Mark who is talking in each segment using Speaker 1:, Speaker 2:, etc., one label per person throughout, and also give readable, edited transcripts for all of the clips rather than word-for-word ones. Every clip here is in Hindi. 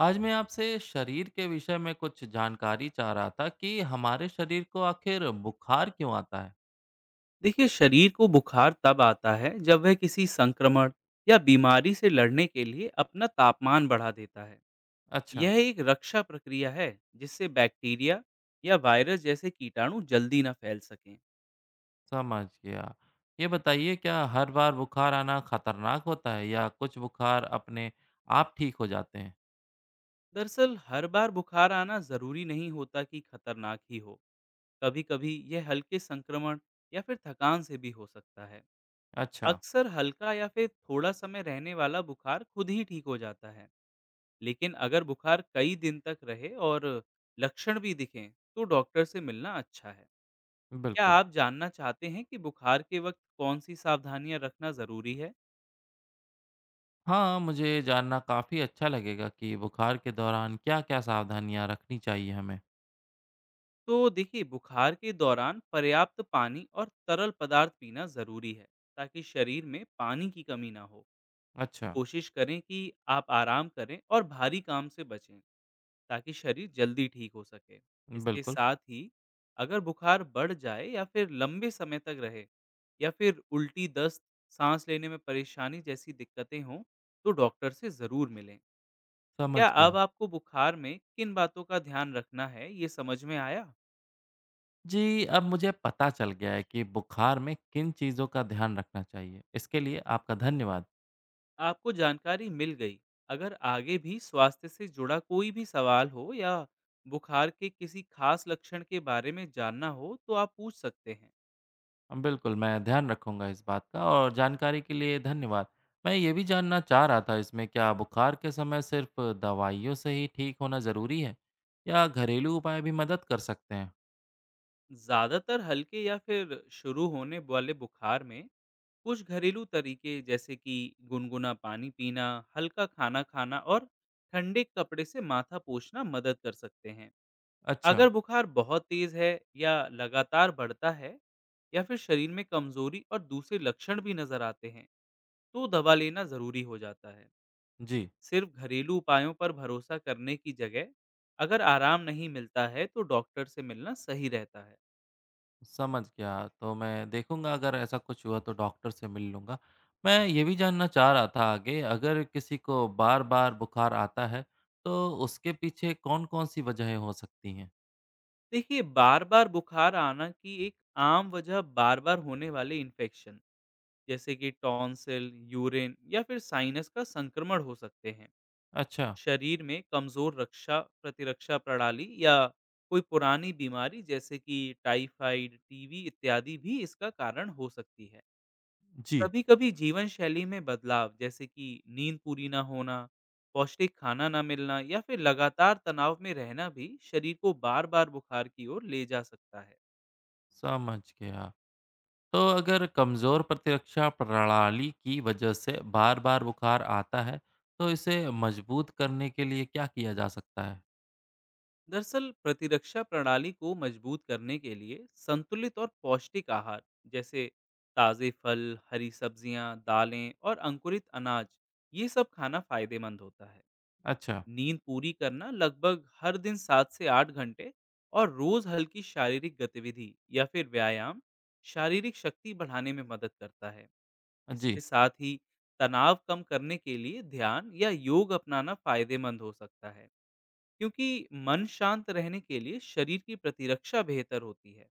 Speaker 1: आज मैं आपसे शरीर के विषय में कुछ जानकारी चाह रहा था कि हमारे शरीर को आखिर बुखार क्यों आता है?
Speaker 2: देखिए शरीर को बुखार तब आता है जब वह किसी संक्रमण या बीमारी से लड़ने के लिए अपना तापमान बढ़ा देता है।
Speaker 1: अच्छा।
Speaker 2: यह एक रक्षा प्रक्रिया है जिससे बैक्टीरिया या वायरस जैसे कीटाणु जल्दी न फैल सकें।
Speaker 1: समझ गया। ये बताइए क्या हर बार बुखार आना खतरनाक होता है या कुछ बुखार अपने आप ठीक हो जाते हैं?
Speaker 2: दरअसल हर बार बुखार आना ज़रूरी नहीं होता कि खतरनाक ही हो। कभी कभी यह हल्के संक्रमण या फिर थकान से भी हो सकता है।
Speaker 1: अच्छा।
Speaker 2: अक्सर हल्का या फिर थोड़ा समय रहने वाला बुखार खुद ही ठीक हो जाता है, लेकिन अगर बुखार कई दिन तक रहे और लक्षण भी दिखें तो डॉक्टर से मिलना अच्छा है। क्या
Speaker 1: बिल्कुल।
Speaker 2: आप जानना चाहते हैं कि बुखार के वक्त कौन सी सावधानियां रखना जरूरी है?
Speaker 1: हाँ, मुझे जानना काफ़ी अच्छा लगेगा कि बुखार के दौरान क्या-क्या सावधानियाँ रखनी चाहिए हमें।
Speaker 2: तो देखिए, बुखार के दौरान पर्याप्त पानी और तरल पदार्थ पीना जरूरी है ताकि शरीर में पानी की कमी ना हो।
Speaker 1: अच्छा।
Speaker 2: कोशिश करें कि आप आराम करें और भारी काम से बचें ताकि शरीर जल्दी ठीक हो सके। इसके
Speaker 1: बिल्कुल,
Speaker 2: साथ ही अगर बुखार बढ़ जाए या फिर लंबे समय तक रहे, या फिर उल्टी दस्त, सांस लेने में परेशानी जैसी दिक्कतें हों तो डॉक्टर से ज़रूर मिलें।
Speaker 1: समझ
Speaker 2: क्या अब
Speaker 1: गया।
Speaker 2: आपको बुखार में किन बातों का ध्यान रखना है ये समझ में आया?
Speaker 1: जी, अब मुझे पता चल गया है कि बुखार में किन चीज़ों का ध्यान रखना चाहिए। इसके लिए आपका धन्यवाद।
Speaker 2: आपको जानकारी मिल गई। अगर आगे भी स्वास्थ्य से जुड़ा कोई भी सवाल हो या बुखार के किसी खास लक्षण के बारे में जानना हो तो आप पूछ सकते हैं।
Speaker 1: बिल्कुल, मैं ध्यान रखूँगा इस बात का और जानकारी के लिए धन्यवाद। मैं ये भी जानना चाह रहा था इसमें क्या बुखार के समय सिर्फ़ दवाइयों से ही ठीक होना ज़रूरी है या घरेलू उपाय भी मदद कर सकते हैं?
Speaker 2: ज़्यादातर हल्के या फिर शुरू होने वाले बुखार में कुछ घरेलू तरीके जैसे कि गुनगुना पानी पीना, हल्का खाना खाना और ठंडे कपड़े से माथा पोंछना मदद कर सकते हैं।
Speaker 1: अच्छा,
Speaker 2: अगर बुखार बहुत तेज़ है या लगातार बढ़ता है, या फिर शरीर में कमजोरी और दूसरे लक्षण भी नजर आते हैं तो दवा लेना ज़रूरी हो जाता है।
Speaker 1: जी।
Speaker 2: सिर्फ घरेलू उपायों पर भरोसा करने की जगह अगर आराम नहीं मिलता है तो डॉक्टर से मिलना सही रहता है।
Speaker 1: समझ गया। तो मैं देखूँगा अगर ऐसा कुछ हुआ तो डॉक्टर से मिल लूँगा। मैं ये भी जानना चाह रहा था आगे अगर किसी को बार-बार बुखार आता है तो उसके पीछे कौन-कौन सी वजहें हो सकती हैं?
Speaker 2: देखिए, बार-बार बुखार आना की एक आम वजह बार-बार होने वाले इन्फेक्शन जैसे कि टॉन्सिल, यूरिन या फिर साइनस का संक्रमण हो सकते हैं।
Speaker 1: अच्छा,
Speaker 2: शरीर में कमज़ोर रक्षा प्रतिरक्षा प्रणाली या कोई पुरानी बीमारी जैसे कि टाइफाइड, टीबी इत्यादि भी इसका कारण हो सकती है।
Speaker 1: जी,
Speaker 2: कभी-कभी जीवन शैली में बदलाव जैसे कि नींद पूरी ना होना, पौष्टिक खाना ना मिलना या फिर लगातार तनाव में रहना भी शरीर को बार-बार बुखार की ओर ले जा सकता है।
Speaker 1: समझ गया। तो अगर कमज़ोर प्रतिरक्षा प्रणाली की वजह से बार-बार बुखार आता है तो इसे मजबूत करने के लिए क्या किया जा सकता है?
Speaker 2: दरअसल प्रतिरक्षा प्रणाली को मजबूत करने के लिए संतुलित और पौष्टिक आहार जैसे ताज़े फल, हरी सब्जियां, दालें और अंकुरित अनाज, ये सब खाना फायदेमंद होता है।
Speaker 1: अच्छा,
Speaker 2: नींद पूरी करना, लगभग हर दिन 7 से 8 घंटे, और रोज हल्की शारीरिक गतिविधि या फिर व्यायाम शारीरिक शक्ति बढ़ाने में मदद करता है। इसके
Speaker 1: जी,
Speaker 2: साथ ही तनाव कम करने के लिए ध्यान या योग अपनाना फायदेमंद हो सकता है, क्योंकि मन शांत रहने के लिए शरीर की प्रतिरक्षा बेहतर होती है।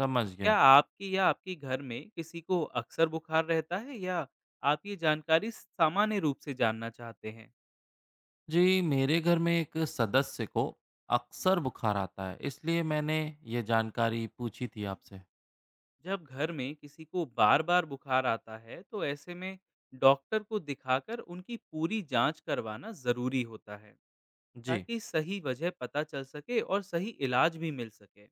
Speaker 1: समझ
Speaker 2: क्या
Speaker 1: गया।
Speaker 2: आपके या आपके घर में किसी को अक्सर बुखार रहता है, या आप ये जानकारी सामान्य रूप से जानना चाहते हैं?
Speaker 1: जी, मेरे घर में एक सदस्य को अक्सर बुखार आता है, इसलिए मैंने ये जानकारी पूछी थी आपसे।
Speaker 2: जब घर में किसी को बार बार बुखार आता है तो ऐसे में डॉक्टर को दिखाकर उनकी पूरी जांच करवाना ज़रूरी होता है,
Speaker 1: जी,
Speaker 2: ताकि सही वजह पता चल सके और सही इलाज भी मिल सके।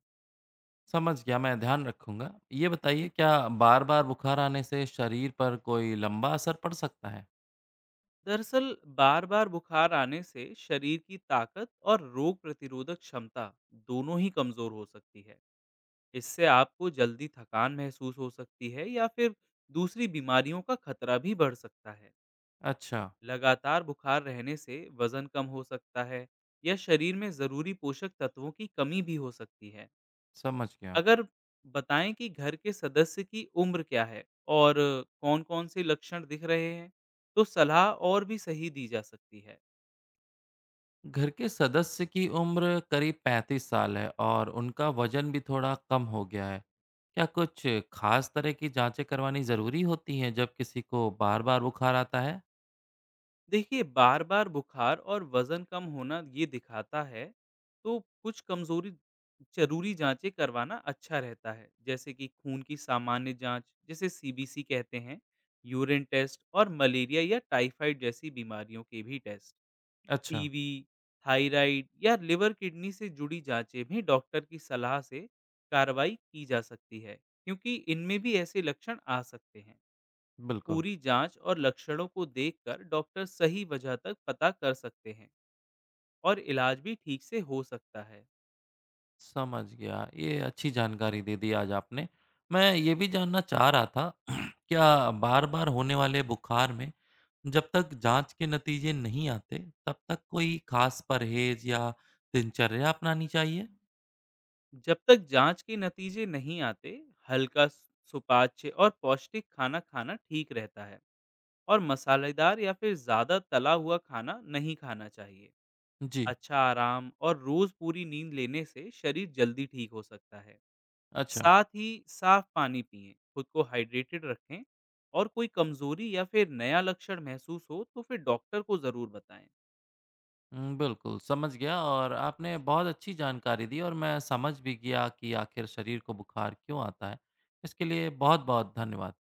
Speaker 1: समझ गया, मैं ध्यान रखूंगा। ये बताइए क्या बार बार बुखार आने से शरीर पर कोई लंबा असर पड़ सकता है?
Speaker 2: दरअसल बार बार बुखार आने से शरीर की ताकत और रोग प्रतिरोधक क्षमता दोनों ही कमज़ोर हो सकती है। इससे आपको जल्दी थकान महसूस हो सकती है या फिर दूसरी बीमारियों का खतरा भी बढ़ सकता है।
Speaker 1: अच्छा।
Speaker 2: लगातार बुखार रहने से वजन कम हो सकता है, या शरीर में जरूरी पोषक तत्वों की कमी भी हो सकती है।
Speaker 1: समझ गया।
Speaker 2: अगर बताएं कि घर के सदस्य की उम्र क्या है और कौन-कौन से लक्षण दिख रहे हैं, तो सलाह और भी सही दी जा सकती है।
Speaker 1: घर के सदस्य की उम्र करीब 35 साल है और उनका वजन भी थोड़ा कम हो गया है। क्या कुछ खास तरह की जांचें करवानी ज़रूरी होती हैं जब किसी को बार बार बुखार आता है?
Speaker 2: देखिए, बार बार बुखार और वजन कम होना ये दिखाता है तो कुछ कमजोरी, जरूरी जांचें करवाना अच्छा रहता है, जैसे कि खून की सामान्य जांच जिसे सीबीसी कहते हैं, यूरिन टेस्ट और मलेरिया या टाइफाइड जैसी बीमारियों के भी टेस्ट।
Speaker 1: अच्छा।
Speaker 2: टीवी, थायराइड या लिवर किडनी से जुड़ी जांचें भी डॉक्टर की सलाह से कार्रवाई की जा सकती है, क्योंकि इनमें भी ऐसे लक्षण आ सकते हैं।
Speaker 1: बिल्कुल।
Speaker 2: पूरी जांच और लक्षणों को देखकर डॉक्टर सही वजह तक पता कर सकते हैं और इलाज भी ठीक से हो सकता है।
Speaker 1: समझ गया। ये अच्छी जानकारी दे दी आज आपने। मैं ये भी जानना चाह रहा था क्या बार-बार होने वाले बुखार में जब तक जाँच के नतीजे नहीं आते, तब तक कोई खास परहेज़ या दिनचर्या अपनानी चाहिए?
Speaker 2: जब तक जांच के नतीजे नहीं आते, हल्का सुपाच्य और पौष्टिक खाना खाना ठीक रहता है, और मसालेदार या फिर ज़्यादा तला हुआ खाना नहीं खाना चाहिए।
Speaker 1: जी,
Speaker 2: अच्छा आराम और रोज़ पूरी नींद लेने से शरीर जल्दी ठीक हो सकता है।
Speaker 1: अच्छा।
Speaker 2: साथ ही साफ पानी पिएं, खुद को हाइड्रेटेड रखें, और कोई कमजोरी या फिर नया लक्षण महसूस हो तो फिर डॉक्टर को जरूर बताएं।
Speaker 1: बिल्कुल समझ गया और आपने बहुत अच्छी जानकारी दी और मैं समझ भी गया कि आखिर शरीर को बुखार क्यों आता है। इसके लिए बहुत-बहुत धन्यवाद।